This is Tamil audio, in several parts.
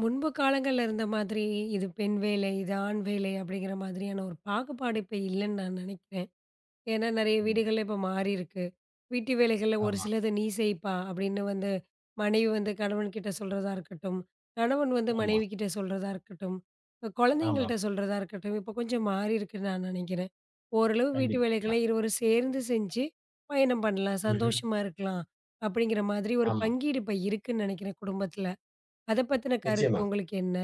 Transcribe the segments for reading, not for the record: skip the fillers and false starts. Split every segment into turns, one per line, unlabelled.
முன்பு காலங்கள்ல இருந்த மாதிரி, இது பெண் வேலை, இது ஆண் வேலை அப்படிங்கிற மாதிரியான ஒரு பாகுபாடு இப்ப இல்லன்னு நான் நினைக்கிறேன். ஏன்னா நெறைய
ம்.
வீடுகள்ல இப்ப மாறியிருக்கு. வீட்டு வேலைகள்ல ஒரு
ஆமா,
சிலது "நீ செய்ப்பா" அப்படின்னு வந்து மனைவி வந்து கணவன்கிட்ட சொல்றதா இருக்கட்டும், கணவன் வந்து
ஆமா,
மனைவிகிட்ட சொல்றதா இருக்கட்டும், இப்ப
ஆமா.
குழந்தைங்கள்ட்ட சொல்றதா இருக்கட்டும், இப்ப கொஞ்சம் மாறியிருக்குன்னு நான் நினைக்கிறேன். ஓரளவு வீட்டு
கண்டிப்பா.
வேலைகளை இருவரும் சேர்ந்து செஞ்சு பயணம் பண்ணலாம்,
ம்ஹ்ம்.
சந்தோஷமா இருக்கலாம் அப்படிங்கிற மாதிரி ஒரு
ஆமா.
பங்கீடு இப்ப இருக்குன்னு நினைக்கிறேன் குடும்பத்துல. அத பத்தின கருத்து
நிச்சயமா.
உங்களுக்கு என்ன?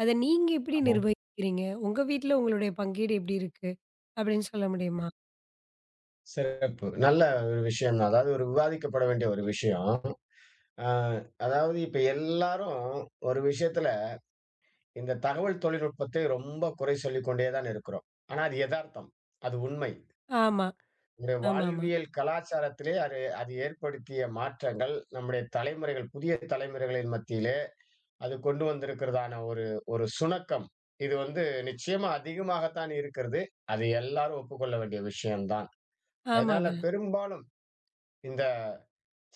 அத நீங்க எப்படி
ஆமா.
நிர்வகிக்கிறீங்க? உங்க வீட்ல உங்களுடைய பங்கீடு எப்படி இருக்கு? அப்படின்னு சொல்ல முடியுமா?
சிறப்பு. நல்ல ஒரு விஷயம் தான். அதாவது ஒரு விவாதிக்கப்பட வேண்டிய ஒரு விஷயம். அ அதாவது இப்ப எல்லாரும் ஒரு விஷயத்துல இந்த தகவல் தொழில்நுட்பத்தை ரொம்ப குறை சொல்லிக் கொண்டே தான் இருக்கிறோம். ஆனா அது எதார்த்தம். அது உண்மை.
ஆமா.
நம்முடைய
ஆமாமா.
வாழ்வியல் கலாச்சாரத்திலே அது அது ஏற்படுத்திய மாற்றங்கள் நம்முடைய தலைமுறைகள், புதிய தலைமுறைகளின் மத்தியிலே அது கொண்டு வந்திருக்கிறதான ஒரு ஒரு சுணக்கம். இது வந்து நிச்சயமா அதிகமாகத்தான் இருக்கிறது. அது எல்லாரும் ஒப்புக்கொள்ள வேண்டிய விஷயம்தான். அதனால
ஆமாங்க.
பெரும்பாலும் இந்த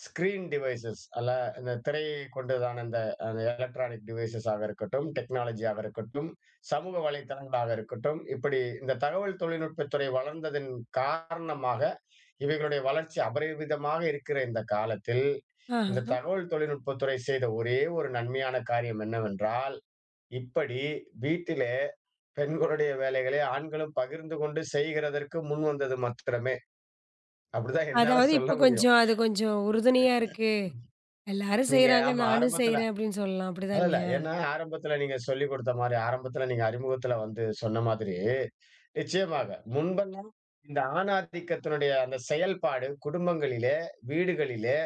ஸ்கிரீன் டிவைஸஸ் அல்ல இந்த திரையை கொண்டதான இந்த அந்த எலக்ட்ரானிக் டிவைஸஸ் ஆக இருக்கட்டும், டெக்னாலஜியாக இருக்கட்டும், சமூக வலைத்தளங்களாக இருக்கட்டும், இப்படி இந்த தகவல் தொழில்நுட்பத் துறை வளர்ந்ததன் காரணமாக இவைகளுடைய வளர்ச்சி அபரிவிதமாக இருக்கிற இந்த காலத்தில், இந்த
ஆஹஹ.
தகவல் தொழில்நுட்பத் துறை செய்த ஒரே ஒரு நன்மையான காரியம் என்னவென்றால் இப்படி வீட்டிலே பெண்களுடைய வேலைகளை ஆண்களும் பகிர்ந்து கொண்டு செய்கிறதற்கு முன் வந்தது மாத்திரமே. அப்படிதான் என்னால
அதாவது
சொல்ல
இப்ப
முடியும்.
கொஞ்சம் அது கொஞ்சம் உறுதுணையா இருக்கு. எல்லாரும்
நீங்க
செய்றாங்க,
ஆமா
நானும்
ஆரம்பத்துல
செய்றேன் அப்படின்னு சொல்லலாம். அப்படிதான்
இல்ல, இல்ல.
இல்லையா?
ஏன்னா ஆரம்பத்துல நீங்க சொல்லிக் கொடுத்த மாரி, ஆரம்பத்துல நீங்க அறிமுகத்துல வந்து சொன்ன மாதிரி, நிச்சயமாக முன்பெல்லாம் இந்த ஆணாதிக்கத்தினுடைய அந்த செயல்பாடு குடும்பங்களிலே, வீடுகளிலே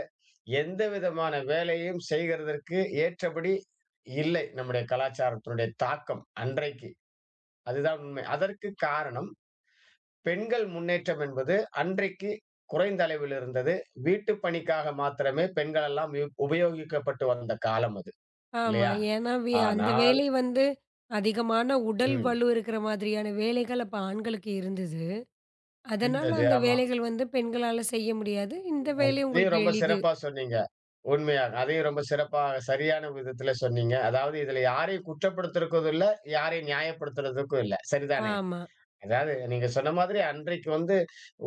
எந்த விதமான வேலையும் செய்கிறதற்கு ஏற்றபடி இல்லை. நம்முடைய கலாச்சாரத்தினுடைய தாக்கம் அன்றைக்கு. அதுதான் உண்மை. அதற்கு காரணம் பெண்கள் முன்னேற்றம் என்பது அன்றைக்கு குறைந்த அளவில் இருந்தது. வீட்டு பணிக்காக மாத்திரமே பெண்கள் எல்லாம் உபயோகிக்கப்பட்டு வந்த காலம் அது.
ஆமா.
இல்லையா?
ஏன்னா அந்த
ஆனால்
வேலை வந்து அதிகமான உடல்
ம்.
வலு இருக்கிற மாதிரியான வேலைகள் அப்ப ஆண்களுக்கு இருந்தது. அதனால
இருந்தது.
அந்த
ஆமா.
வேலைகள் வந்து பெண்களால செய்ய முடியாது. இந்த வேலை
அதையும்
உங்களுக்கு
ரொம்ப
எளிது.
சிறப்பா சொன்னீங்க. உண்மையாக. அதையும் ரொம்ப சிறப்பா சரியான விதத்தில சொன்னீங்க. அதாவது இதுல யாரையும் குற்றப்படுத்துறதுக்கும் இல்ல, யாரையும் நியாயப்படுத்துறதுக்கும் இல்ல. சரிதானே?
ஆமா,
அதாவது நீங்க சொன்ன மாதிரி அன்றைக்கு வந்து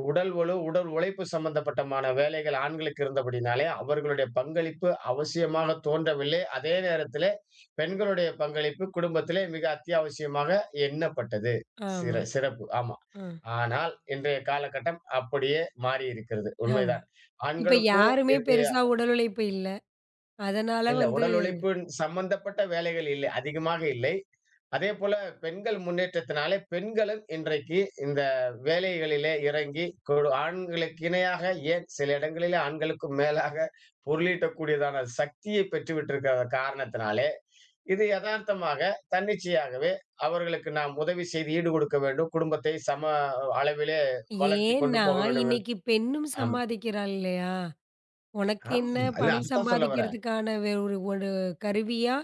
உடல் வலு, உடல் உழைப்பு சம்பந்தப்பட்டமான வேலைகள் ஆண்களுக்கு இருந்தபடினாலே, அவர்களுடைய பங்களிப்பு அவசியமாக தோன்றவில்லை. அதே நேரத்திலே, பெண்களுடைய பங்களிப்பு குடும்பத்திலே மிக அத்தியாவசியமாக எண்ணப்பட்டது.
ஆமா,
சிறப்பு. ஆமா.
ஆ,
ஆனால், இன்றைய காலகட்டம் அப்படியே மாறியிருக்கிறது.
ஆமா.
உண்மைதான்.
இப்ப
ஆண்களுக்கும்
யாருமே
இது
பெருசா உடல் உழைப்பு இல்ல. அதனால
இல்ல
வந்து
உடல் உழைப்பின் சம்பந்தப்பட்ட வேலைகள் இல்லை. அதிகமாக இல்லை. அதே போல பெண்கள் முன்னேற்றத்தினாலே பெண்களும் இன்றைக்கு இந்த வேலைகளிலே இறங்கி ஆண்களுக்கு இணையாக ஏன் சில இடங்களிலே ஆண்களுக்கும் மேலாக பொருளீட்டக்கூடியதான சக்தியை பெற்றுவிட்டிருக்கிற காரணத்தினாலே இது யதார்த்தமாக தன்னிச்சையாகவே அவர்களுக்கு நாம் உதவி செய்து ஈடு கொடுக்க வேண்டும். குடும்பத்தை சம அளவிலே வளர்த்தி கொண்டு
ஏன்னா,
போக வேண்டும் என்று
இன்னைக்கு பெண்ணும்
ஆமா.
சம்பாதிக்கிறாள் இல்லையா? உனக்கு
ஆமா.
என்ன
இல்ல
பணம்
அதத்தான் சொல்ல வரேன்.
சம்பாதிக்கிறதுக்கான ஒரு ஒரு கருவியா,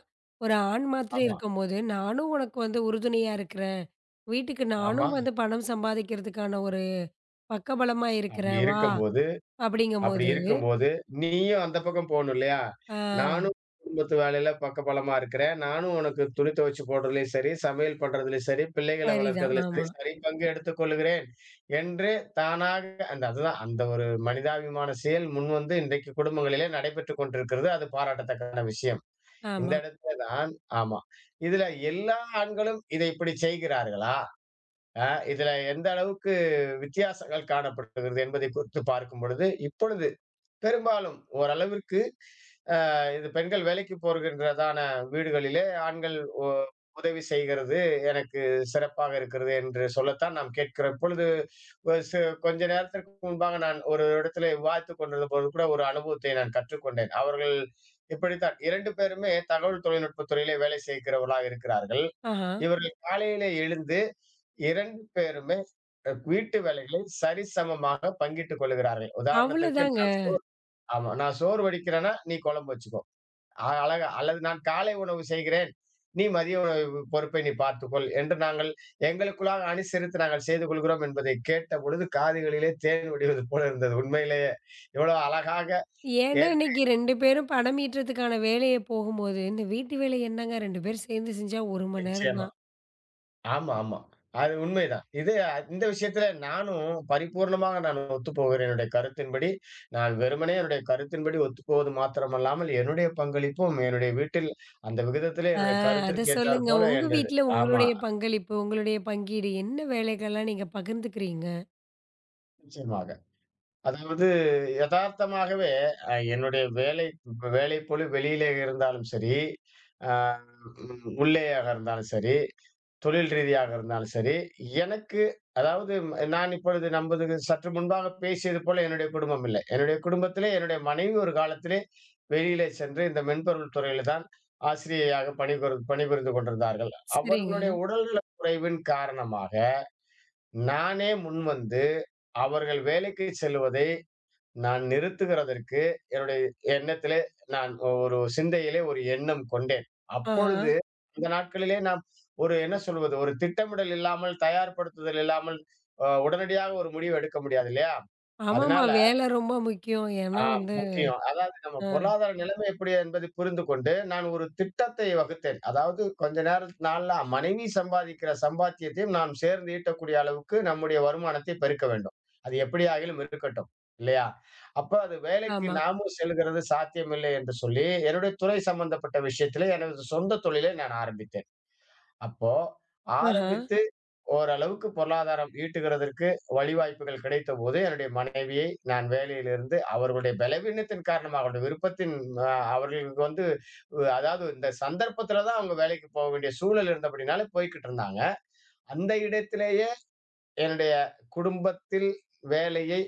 ஒரு ஆண் மாத்திரம்
ஆமா,
இருக்கும்போது, நானும் உனக்கு வந்து உறுதுணையா இருக்கிறேன். வீட்டுக்கு
ஆமா.
நானும் வந்து பணம் சம்பாதிக்கிறதுக்கான ஒரு பக்கபலமா
அப்படி
இருக்கிறேன் வா!
இருக்கும்போது அப்படி
அப்படிங்கும்போது
இருக்கும்போது, நீயும் அந்த பக்கம் போணும் இல்லையா?
ஆ
நானும் குடும்பத்து வேலையில பக்கபலமா இருக்கிறேன். நானும் உனக்கு துணி துவைச்சு போடுறதுலயும் சரி, சமையல் பண்றதுலயும் சரி, பிள்ளைகள
சரிதான்.
வளர்க்கிறதுலயும் சரி,
ஆமா,
சரிபங்கு எடுத்துக்கொள்கிறேன் என்று தானாக அந்த அதுதான் அந்த ஒரு மனிதாபிமான செயல் முன்வந்து இன்றைக்கு குடும்பங்களிலே நடைபெற்றுக் கொண்டிருக்கிறது. அது பாராட்டத்தக்கான விஷயம். இந்த
ஆமா.
இடத்துல தான் ஆமா. இதுல எல்லா ஆண்களும் இதை இப்படி செய்கிறார்களா? அ இதுல எந்த அளவுக்கு வித்தியாசங்கள் காணப்படுகிறது என்பதை குறித்து பார்க்கும் பொழுது, இப்பொழுது பெரும்பாலும் ஓரளவிற்கு இது பெண்கள் வேலைக்கு போகின்றதான வீடுகளிலே ஆண்கள் ஒ உதவி செய்கிறது எனக்கு சிறப்பாக இருக்கிறது என்று சொல்லத்தான் நாம் கேட்கிறோம். இப்பொழுது ஒ சு கொஞ்ச நேரத்திற்கு முன்பாக நான் ஒரு இடத்திலே விவாதித்துக் கொண்டிருந்தபோது கூட ஒரு அனுபவத்தை நான் கற்றுக்கொண்டேன். அவர்கள் இப்படித்தான் 2 பேருமே தகவல் தொழில்நுட்பத் துறையிலே வேலை செய்கிறவர்களாக இருக்கிறார்கள்.
ஆஹா.
இவர்கள் காலையிலே எழுந்து 2 பேருமே வீட்டு வேலைகளை சரிசமமாக பங்கிட்டுக் கொள்ளுகிறார்கள். உதாரணத்திற்கு
அவ்வளதாங்க.
நான் ஆமா. நான் சோறு வடிக்கிறேன்னா, நீ குழம்பு வச்சுக்கோ. அழகா அல்லது நான் காலை உணவு செய்கிறேன். நீ மதிய உணவு பொறுப்பை பார்த்துக்கொள் என்று நாங்கள் எங்களுக்குள்ளாக அனுசரித்து நாங்கள் செய்து கொள்கிறோம் என்பதை கேட்டபொழுது, காதுகளிலே தேன் வடிவது போல இருந்தது. உண்மையிலேயே எவ்வளோ அழகாக
ஏன்னா
ஏற்க
இன்னைக்கு 2 பேரும் பணம் ஈட்டுறதுக்கான வேலைய போகும்போது, இந்த வீட்டு வேலை என்னங்க 2 பேரும் சேர்ந்து செஞ்சா 1 மணி நேரம்
நிச்சயமா.
தான்.
ஆமா, ஆமா. அது உண்மைதான். இந்த விஷயத்துல நானும் பரிபூர்ணமாக நான் ஒத்துப்போகிறேன். என்னுடைய கருத்தின்படி, நான் வெறுமனே என்னுடைய கருத்தின்படி ஒத்துப்போவது மாத்திரமல்லாமல், என்னுடைய பங்களிப்பும் என்னுடைய வீட்டில் அந்த விகிதத்திலே என்னுடைய
அத
கருத்திற்கு
சொல்லுங்க.
ஏற்றாற்போல
உங்க
என்னுடைய
வீட்ல
ஆமா,
உங்களுடைய பங்களிப்பு, உங்களுடைய பங்கீடு என்ன வேலைகள்லாம் நீங்க பகிர்ந்துக்கிறீங்க?
நிச்சயமாக. அதாவது எதார்த்தமாகவே என்னுடைய வேலைப்பளு வெளியிலே இருந்தாலும் சரி, அ ம் உள்ளேயாக இருந்தாலும் சரி, தொழில் ரீதியாக இருந்தாலும் சரி, எனக்கு நான் இப்பொழுது நமது சற்று முன்பாக பேசியது போல என்னுடைய குடும்பம் இல்லை. என்னுடைய குடும்பத்திலே என்னுடைய மனைவி ஒரு காலத்திலே வெளியிலே சென்று இந்த மென்பொருள் துறையில தான் ஆசிரியையாக பணிபுரிந்து கொண்டிருந்தார்கள்.
சரிங்க.
அவர்களுடைய உடல்நலக் குறைவின் காரணமாக, நானே முன்வந்து அவர்கள் வேலைக்கு செல்வதை நான் நிறுத்துகிறதற்கு என்னுடைய எண்ணத்திலே நான் ஒரு சிந்தையிலே ஒரு எண்ணம் கொண்டேன்.
ஆஹா.
அப்பொழுது இந்த நாட்களிலே நாம் ஒரு என்ன சொல்வது? ஒரு திட்டமிடல் இல்லாமல், தயார்படுத்துதல் இல்லாமல், உடனடியாக ஒரு முடிவு எடுக்க முடியாது இல்லையா?
ஆமாமா.
அதனால
வேலை ரொம்ப முக்கியம். ஏன்னா
ஆ
வந்து
முக்கியம். அதாவது நம்ம
ஆ,
பொருளாதார நிலைமை எப்படி என்பதை புரிந்து கொண்டு, நான் ஒரு திட்டத்தை வகுத்தேன். அதாவது கொஞ்ச நேர நாள்ல மனைவி சம்பாதிக்கிற சம்பாத்தியத்தையும் நாம் சேர்ந்து ஈட்டக்கூடிய அளவுக்கு நம்முடைய வருமானத்தை பெருக்க வேண்டும். அது எப்படியாகிலும் இருக்கட்டும். இல்லையா? அப்ப அது வேலைக்கு
ஆமா.
நாமும் செல்கிறது சாத்தியமில்லை என்று சொல்லி, என்னுடைய துறை சம்பந்தப்பட்ட விஷயத்திலே எனது சொந்த தொழிலை நான் ஆரம்பித்தேன். அப்போ
ஆஹா,
ஆரம்பித்த ஓரளவுக்கு பொருளாதாரம் ஈட்டுகிறதற்கு வழிவாய்ப்புகள் கிடைத்தபோது, என்னுடைய மனைவியை நான் வேலையிலிருந்து அவர்களுடைய பலவீனத்தின் காரணமாக, அவருடைய விருப்பத்தின் அ அவர்களுக்கு வந்து அதாவது இந்த சந்தர்ப்பத்தில தான் அவங்க வேலைக்கு போக வேண்டிய சூழல் இருந்தபடினால போய்க்கிட்டு இருந்தாங்க. அந்த இடத்திலேயே என்னுடைய குடும்பத்தில் வேலையை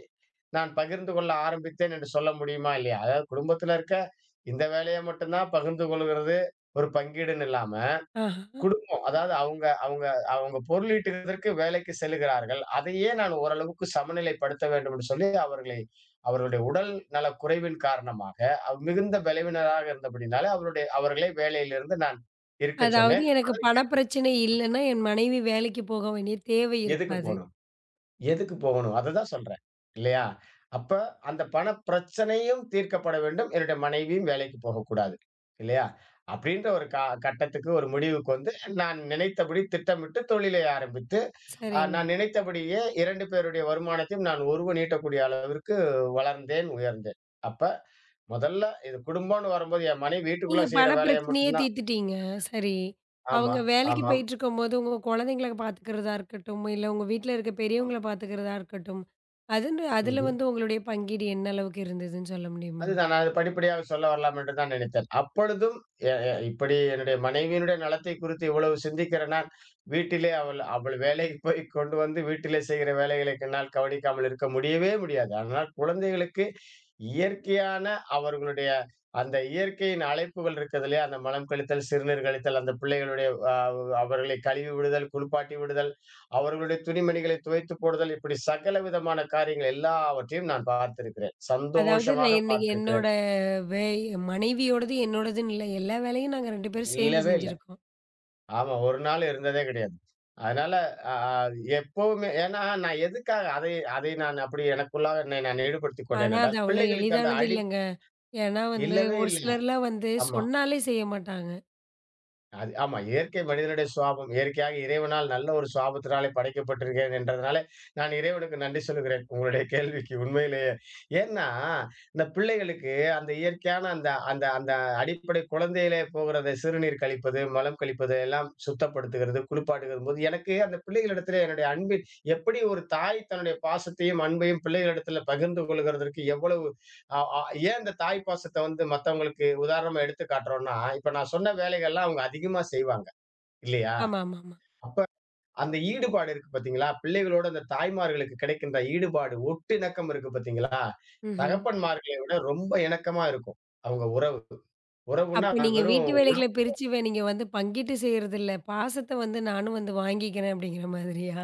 நான் பகிர்ந்து கொள்ள ஆரம்பித்தேன் என்று சொல்ல முடியுமா? இல்லையா? அதாவது குடும்பத்தில இருக்க இந்த வேலைய மட்டும் தான் பகிர்ந்து கொள்கிறது, ஒரு பங்கீடுன்னு இல்லாம,
ஆஹா.
குடும்பம். அதாவது அவங்க அவங்க அவங்க பொருளீட்டுவதற்கு வேலைக்கு செல்லுகிறார்கள். அதையே நான் ஓரளவுக்கு சமநிலைப்படுத்த வேண்டும் என்று சொல்லி அவர்களை அவர்களுடைய உடல் நலக் குறைவின் காரணமாக, மிகுந்த பலவீனராக இருந்தபடினால அவருடைய அவர்களை வேலையிலிருந்து நான் இருக்கச்
அதாவது
சொன்னேன்.
எனக்கு பண பிரச்சனை இல்லன்னா, என் மனைவி வேலைக்கு போக வேண்டிய தேவை
எதுக்கு
இருக்காது.
போணும்? எதுக்கு போகணும்? அததான் சொல்றேன். இல்லையா? அப்ப அந்த பணப் பிரச்சனையும் தீர்க்கப்பட வேண்டும். என்னுடைய மனைவியும் வேலைக்கு போகக்கூடாது. இல்லையா? அப்படின்ற ஒரு கட்டத்துக்கு ஒரு முடிவுக்கு வந்து நான் நினைத்தபடி திட்டமிட்டு தொழிலை ஆரம்பித்து ஆ,
சரிங்க.
நான் நினைத்தபடியே 2 பேருடைய வருமானத்தையும் நான் ஒருவன் ஈட்டக்கூடிய அளவிற்கு வளர்ந்தேன், உயர்ந்தேன். அப்ப முதல்ல இது குடும்பம்னு வரும்போது என் மனைவி
நீங்க
வீட்டுக்குள்ள செய்ற வேலைய
பணப்பிரச்சனையே
மட்டும் தான்
தீர்த்துட்டீங்க. சரி.
ஆமா,
அவங்க வேலைக்கு
ஆமாம்.
போயிட்டுருக்கும்போது, உங்க குழந்தைங்கள பாத்துக்கிறதா இருக்கட்டும், இல்ல உங்க வீட்ல இருக்க பெரியவங்கள பாத்துக்கிறதா இருக்கட்டும், அதுன்னு அதுல
ம்ஹ்ம்.
வந்து உங்களுடைய பங்கீடு என்ன அளவுக்கு இருந்ததுன்னு சொல்ல முடியுமா?
அதுதான் நான் அது படிப்படியாக சொல்ல வரலாம் என்று தான் நினைத்தேன். அப்பொழுதும் எ எ இப்படி என்னுடைய மனைவியினுடைய நலத்தை குறித்து இவ்வளவு சிந்திக்கிற நான், வீட்டிலே அவள் அவள் வேலைக்கு போய் கொண்டு வந்து வீட்டிலே செய்கிற வேலைகளை என்னால் கவனிக்காமல் இருக்க முடியவே முடியாது. ஆனால் குழந்தைகளுக்கு இயற்கையான அவர்களுடைய அந்த இயற்கையின் அழைப்புகள் இருக்குது இல்லையா? அந்த மலம் கழித்தல், சிறுநீர் கழித்தல், அந்த பிள்ளைகளுடைய அ அவர்களை கழுவி விடுதல், குளிப்பாட்டி விடுதல், அவர்களுடைய துணிமணிகளை துவைத்து போடுதல் இப்படி சகல விதமான காரியங்கள் எல்லாவற்றையும் நான் பார்த்திருக்கிறேன்.
அதாவது நான்
சந்தோஷமாக
என்னோட
பார்த்திருக்கிறேன்.
வே மனைவியோடது என்னோடதுன்னு இல்ல. எல்லா வேலையும் நாங்க 2 பேரும் சேர்ந்து
இல்லவே இல்ல.
செஞ்சிருக்கோம்.
ஆமா, ஒரு நாள் இருந்ததே கிடையாது. அதனால அ அ எப்பவுமே ஏன்னா நான் எதுக்காக அதை அதை நான் அப்படி எனக்குள்ளாக என்னை நான் ஈடுபடுத்திக் கொண்டேன்
ஆனா, அது
என்றால்,
அவ்வளோ
பிள்ளைகளுக்கு அந்த
எளிதானது
அடி
இல்லங்க. ஏன்னா வந்து,
இல்லவே
ஒரு
இல்ல.
சிலர்லாம் வந்து
ஆமா.
சொன்னாலே செய்ய மாட்டாங்க.
அது ஆமா. இயற்கை மனிதனுடைய சுவாபம். இயற்கையாக இறைவனால் நல்ல ஒரு சுவாபத்தினாலே படைக்கப்பட்டிருக்கிறேன் என்றதுனால, நான் இறைவனுக்கு நன்றி சொல்லுகிறேன். உங்களுடைய கேள்விக்கு உண்மையிலேயே. ஏன்னா, இந்த பிள்ளைகளுக்கு அந்த இயற்கையான அந்த அந்த அந்த அடிப்படை குழந்தையிலே போகிறத சிறுநீர் கழிப்பது, மலம் கழிப்பது எல்லாம் சுத்தப்படுத்துகிறது, குளிப்பாட்டுகிறபோது எனக்கு அந்த பிள்ளைகளிடத்திலே என்னுடைய அன்பின் எப்படி ஒரு தாய் தன்னுடைய பாசத்தையும், அன்பையும் பிள்ளைகளிடத்தில பகிர்ந்து கொள்ளுகிறதற்கு எவ்வளவு அ அ ஏன் இந்த தாய் பாசத்த வந்து மத்தவங்களுக்கு உதாரணமா எடுத்து காட்டுறோம்ன்னா, இப்ப நான் சொன்ன வேலைகள்லாம் அவங்க அதிகமா செய்வாங்க, இல்லையா?
ஆமாமாமா.
அப்ப அந்த ஈடுபாடு இருக்கு பார்த்தீங்களா? பிள்ளைகளோட அந்த தாய்மார்களுக்கு கிடைக்கின்ற ஈடுபாடு, ஒட்டு இணக்கம் இருக்கு பார்த்தீங்களா?
ம்ஹ்ம்.
தகப்பன்மார்களை விட ரொம்ப இணக்கமா இருக்கும். அவங்க உறவு. உறவுன்னா
அப்ப
அது
நீங்க
வெறும்
வீட்டு வேலைகள பிரிச்சு நீங்க வந்து பங்கிட்டு செய்றதில்ல. பாசத்த வந்து நானும் வந்து வாங்கிக்கிறேன் அப்படிங்கிற மாதிரியா?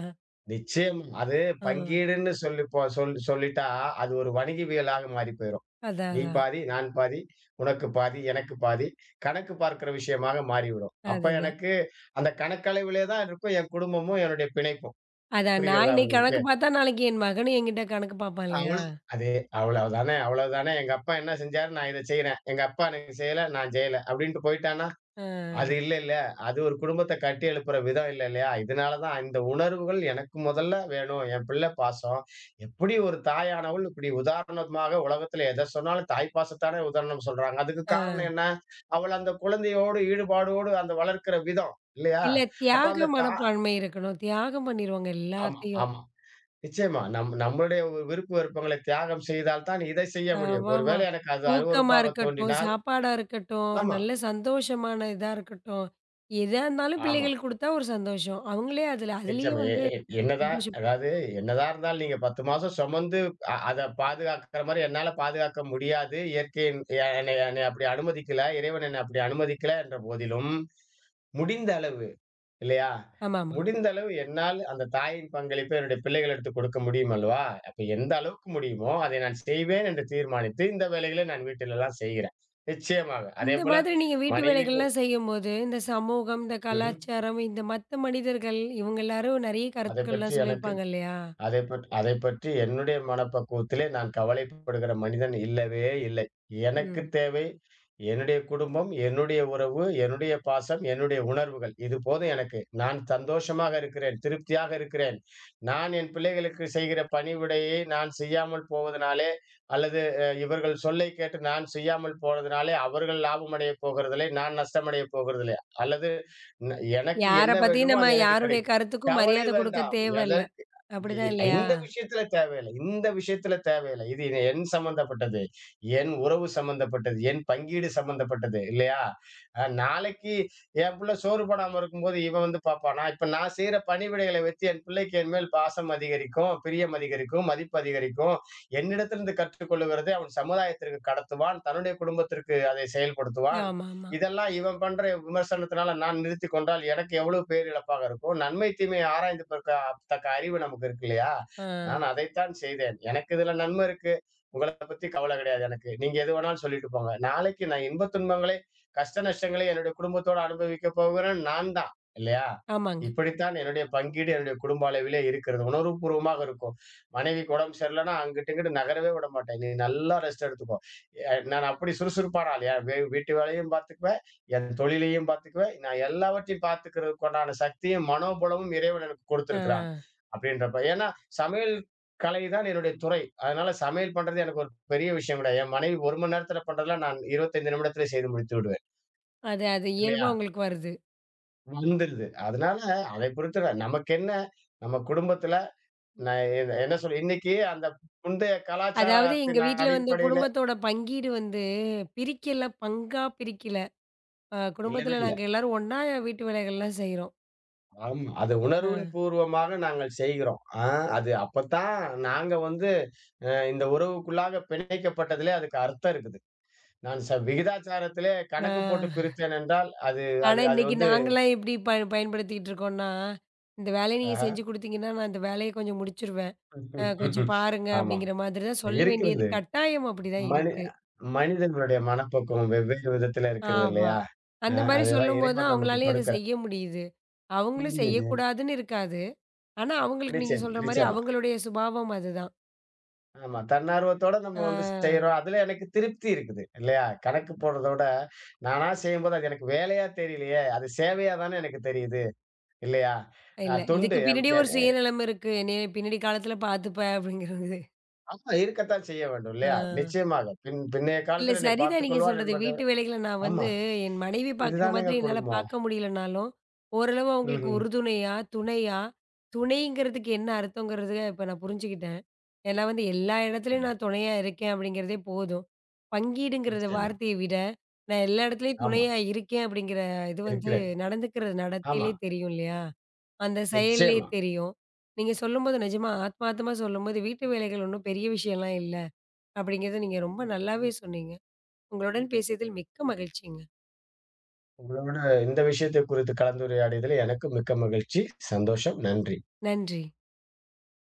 நிச்சயம் அது
ஆ.
பங்கீடுன்னு சொல்லி போ சொல் சொல்லிட்டா, அது ஒரு வணிகவியலாக மாறி போயிரும்.
அதான்,
நீ
அதான்.
பாதி, நான் பாதி, உனக்கு பாதி, எனக்கு பாதி, கணக்கு பார்க்கிற விஷயமாக மாறிவிடும். அப்ப
அதுதான்.
எனக்கு அந்த கணக்களவிலே தான் இருக்கும் என் குடும்பமும், என்னுடைய பிணைப்பும்.
அதான் நான்
புரிகிறதா
இன்னைக்கு
உங்களுக்கு?
கணக்கு பார்த்தா, நாளைக்கு என் மகனும் என்கிட்ட கணக்கு பார்ப்பான் இல்லையா?
அவ்வளவு அது அவ்வளவுதானே, அவ்வளவுதானே. எங்க அப்பா என்ன செஞ்சாரு, நான் இத செய்றேன். எங்க அப்பா எனக்கு செய்யல, நான் செய்யல அப்டின்ட்டு போயிட்டானா?
ஆ,
அது இல்லல்ல. அது ஒரு குடும்பத்த கட்டி எழுப்புற விதம் இல்ல இல்லையா? இதனால தான் இந்த உணர்வுகள் எனக்கு முதல்ல வேணும். என் பிள்ளை பாசம். எப்படி ஒரு தாயானவள் இப்படி உதாரணமாக உலகத்தில எத சொன்னாலும் தாய் பாசத்தானே உதாரணம் சொல்றாங்க. அதுக்கு
ஆ.
காரணம் என்ன? அவள் அந்த குழந்தையோடு ஈடுபாடோடு அந்த வளர்க்கிற விதம். இல்லையா?
இல்ல
அப்ப
தியாக
அந்த தா
மனப்பான்மை இருக்கணும். தியாகம் பண்ணிருவாங்க
ஆமா,
எல்லாத்தையும்.
ஆமா. நிச்சயமா. நம்முடைய விருப்பு வெறுப்புகளை தியாகம் செய்தால் தான் இதை செய்ய முடியும்.
ஆமாமா.
ஒருவேளை எனக்கு அது
தூக்கமா
அருவருப்பாக
இருக்கட்டும்,
தோன்றினால்
சாப்பாடா இருக்கட்டும்,
ஆமா,
நல்ல சந்தோஷமான இதா இருக்கட்டும். எதா இருந்தாலும்
ஆமா.
பிள்ளைகளுக்கு குடுத்தா ஒரு சந்தோஷம். அவங்களே அதுல அதுலயே
நிச்சயமா. எ
வந்து
எ என்னதான் அதாவது
சந்தோஷப்படுத்திப்பாங்க.
என்னதான் இருந்தாலும் நீங்க 10 மாசம் சுமந்து அத பாதுகாக்கிற மாரி என்னால பாதுகாக்க முடியாது. இயற்கையின் எ என்னை என்னை அப்படி அனுமதிக்கல. இறைவன் என்னை அப்படி அனுமதிக்கல என்ற போதிலும், முடிந்த அளவு இல்லையா?
ஆமாமா.
முடிந்த அளவு என்னால் அந்த தாயின் பங்களிப்பை என்னுடைய பிள்ளைகளிடத்து கொடுக்க முடியும் அல்லவா? அப்ப எந்த அளவுக்கு முடியுமோ, அதை நான் செய்வேன் என்று தீர்மானித்து, இந்த வேலைகளை நான் வீட்டிலெல்லாம் செய்கிறேன். நிச்சயமாக.
இந்த
அதேபோல
மாதிரி நீங்க வீட்டு
மனைவிக்கு
வேலைகள்லாம் செய்யும்போது, இந்த சமூகம், இந்த
ம்ஹ்ம்.
கலாச்சாரம், இந்த மத்த மனிதர்கள் இவங்க எல்லாரும் நெறைய
அதைப் பற்றி
கருத்துக்கள்லாம்
எனக்கு
சொல்லியிருப்பாங்க இல்லையா?
அதைப் பற்றி என்னுடைய மனப்பக்குவத்திலே நான் கவலைப்படுகிற மனிதன் இல்லவே இல்லை. எனக்குத்
ம்.
தேவை, என்னுடைய குடும்பம், என்னுடைய உறவு, என்னுடைய பாசம், என்னுடைய உணர்வுகள். இது போதும் எனக்கு. நான் சந்தோஷமாக இருக்கிறேன், திருப்தியாக இருக்கிறேன். நான் என் பிள்ளைகளுக்கு செய்கிற பணிவிடையை நான் செய்யாமல் போவதனாலே, அல்லது இவர்கள் சொல்லைக் கேட்டு நான் செய்யாமல் போனதினாலே, அவர்கள் லாபம் அடையப் போகிறதில்லை, நான் நஷ்டமடையப் போகிறதில்லை. அல்லது ந எனக்கு
யார
என்ன
பத்தியும்
வேண்டுமோ
நம்ம
அது எனக்குக்
யாருடைய
கிடைக்கும்.
கருத்துக்கும்
கவலை
மரியாதை குடுக்க
வேண்டாம்.
தேவையில்ல.
எதற் இ
அப்படிதான் இல்லையா?
இந்த விஷயத்துல தேவையில்ல. இந்த விஷயத்துல தேவையில்ல. இது இனி என் சம்பந்தப்பட்டது. என் உறவு சம்பந்தப்பட்டது. என் பங்கீடு சம்பந்தப்பட்டது. இல்லையா? நாளைக்கு என் பிள்ளை சோறு போடாம இருக்கும்போது, இவன் வந்து பார்ப்பானா? இப்ப நான் செய்ற பணிவிடைகளை வைத்து என் பிள்ளைக்கு என் மேல் பாசம் அதிகரிக்கும், பிரியம் அதிகரிக்கும், மதிப்பு அதிகரிக்கும். என்னிடத்திலிருந்து கற்றுக்கொள்ளுகிறதை அவன் சமுதாயத்திற்கு கடத்துவான். தன்னுடைய குடும்பத்திற்கு அதை செயல்படுத்துவான்.
ஆமாமா.
இதெல்லாம் இவன் பண்ற விமர்சனத்தினால நான் நிறுத்திக் கொண்டால் எனக்கு எவ்வளவு பேரிழப்பாக இருக்கும்? நன்மை தீமையை ஆராய்ந்து பார்க்க தக்க அறிவு நமக்கு இருக்கு இல்லையா?
ஆ.
நான் அதைத்தான் செய்தேன். எனக்கு இதுல நன்மை இருக்கு. உங்களை பத்தி கவலை கிடையாது எனக்கு. நீங்க எது வேணாலும் சொல்லிட்டு போங்க. நாளைக்கு நான் இன்ப துன்பங்களை கஷ்ட நஷ்டங்களை என்னுடைய குடும்பத்தோட அனுபவிக்க போகிறேன் நான் தான். இல்லையா?
ஆமாங்க.
இப்படித்தான் என்னுடைய பங்கீடு என்னுடைய குடும்ப அளவிலே இருக்கிறது. உணர்வுபூர்வமாக இருக்கும். மனைவிக்கு உடம்பு சரியில்லைன்னா அங்கிட்டு இங்கிட்டு நகரவே விட மாட்டேன். நீ நல்லா ரெஸ்ட் எடுத்துக்கோ. எ நான் அப்படி சுறுசுறுப்பான ஆள். என் வீட்டு வேலையும் பார்த்துக்குவேன், என் தொழிலையும் பார்த்துக்குவேன். நான் எல்லாவற்றையும் பார்த்துக்கிறதுக்கு உண்டான சக்தியும், மனோபலமும் இறைவன் எனக்கு
ஆ.
கொடுத்திருக்கிறான். அப்படின்றப்ப ஏன்னா சமையல் கலை தான் என்னுடைய துறை. அதனால சமையல் பண்றது எனக்கு ஒரு பெரிய விஷயம் கிடையாது. என் மனைவி 1 மணி நேரத்தில பண்றதெல்லாம் நான் 25 நிமிடத்திலே செய்து முடித்து விடுவேன்.
அது அது இயல்பா
இல்லையா?
உங்களுக்கு வருது.
வந்துருது. அதனால அதை பொறுத்து நமக்கென்ன நம்ம குடும்பத்தில நான் என்ன என்ன சொல்ல இன்னைக்கு அந்த முந்தைய
அதாவது எங்க
கலாச்சாரத்தின்
வீட்ல வந்து
அடிப்படையில
குடும்பத்தோட பங்கீடு வந்து பிரிக்கல, பங்கா பிரிக்கல.
இல்லவே
குடும்பத்தில
இல்ல.
நாங்க எல்லாரும் ஒண்ணா வீட்டு வேலைகள்லாம் செய்றோம்.
ஆமா. அது
ஆ.
உணர்வின் பூர்வமாக நாங்கள் செய்கிறோம். ஆ அது அப்பத்தான் நாங்க வந்து இந்த உறவுக்குள்ளாக பிணைக்கப்பட்டதிலே அதுக்கு அர்த்தம் இருக்குது. நான் விகிதாச்சாரத்திலே
ஆ.
கணக்கு போட்டு பிரித்தேன் என்றால், அது
ஆனா,
அது அது
இன்னைக்கு
வந்து
நாங்கலாம் எப்படி பயன்படுத்திக்கிட்டு இருக்கோம்னா, இந்த வேலைய நீங்க
ஆஹா.
செஞ்சு குடுத்தீங்கன்னா, நான் இந்த வேலைய கொஞ்சம் முடிச்சுருவேன். கொஞ்சம் பாருங்க
ஆமா.
அப்படிங்கிற மாதிரி தான் சொல்ல வேண்டியது
இருக்கிறது.
கட்டாயம் அப்படிதான்
மனி
இருக்கு.
மனிதர்களுடைய மனப்பக்குவம் வெவ்வேறு விதத்தில இருக்கிறது
ஆமா.
இல்லையா?
அந்த மாரி
அதெல்லாம்
சொல்லும்போது தான்
இறைவன் நமக்கு
அவங்களாலயும் அத
கொடுக்கிற
செய்ய முடியுது. அவங்களும்
முடியுது.
செய்யக்கூடாதுன்னு இருக்காது. ஆனா, அவங்களுக்கு நீங்க
நிச்சயம்,
சொல்ற மாரி
நிச்சயமா.
அவங்களுடைய சுபாவம் அதுதான்.
ஆமா. தன்னார்வத்தோட நம்ம
ஆ
வந்து செய்றோம். அதுல எனக்கு திருப்தி இருக்குது. இல்லையா? கணக்கு போடுறத விட, நானா செய்யும்போது அது எனக்கு வேலையா தெரியலையே! அது சேவையா தானே எனக்கு தெரியுது. இல்லையா? அ
இல்ல.
தொண்டு
இதுக்கு
எம்
பின்னாடியே
எ
ஒரு சுயநலம் இருக்கு. என்னைய பின்னாடி காலத்துல பார்த்துப்ப அப்படிங்கிறது.
ஆமா இருக்கத்தான் செய்ய வேண்டும். இல்லையா?
ஆ.
நிச்சயமாக. பின்னைய
இல்ல
காலத்துல என்னை
சரிதான்
பார்த்துக்
நீங்க
கொள்வான்
சொல்றது.
என்பதை
வீட்டு
விட
வேலைகள நான் வந்து
ஆமா.
என் மனைவி பார்க்குற மாதிரி
இதுதானேங்க
என்னால
குடும்பம்.
பார்க்க முடியலனாலும், ஓரளவு அவங்களுக்கு
ம்ஹ்ம்.
உறுதுணையா, துணையா, துணைங்கிறதுக்கு என்ன அர்த்தங்கிறத இப்ப நான் புரிஞ்சுக்கிட்டேன். ஏன்னா வந்து எல்லா இடத்துலயும்
நிச்சயமா,
நான் துணையா இருக்கேன் அப்படிங்கிறதே போதும். பங்கீடுங்கிறத
நிச்சயமா.
வார்த்தைய விட, நான் எல்லா இடத்துலயும்
ஆமா.
துணையா இருக்கேன் அப்படிங்கிற இது வந்து
இருக்கிறேன்.
நடந்துக்கிற
ஆமா.
நடத்தையிலே தெரியும் இல்லையா? அந்த செயல்லயே
நிச்சயமா.
தெரியும். நீங்க சொல்லும்போது நிஜமா ஆத்மார்த்தமா சொல்லும்போது வீட்டு வேலைகள் ஒண்ணும் பெரிய விஷயம்லாம் இல்ல. அப்படிங்கிறத நீங்க ரொம்ப நல்லாவே சொன்னீங்க. உங்களுடன் பேசியதில் மிக்க மகிழ்ச்சிங்க.
உங்களோட இந்த விஷயத்தை குறித்து கலந்துரையாடியதில் எனக்கும் மிக்க மகிழ்ச்சி. சந்தோஷம். நன்றி.
நன்றி.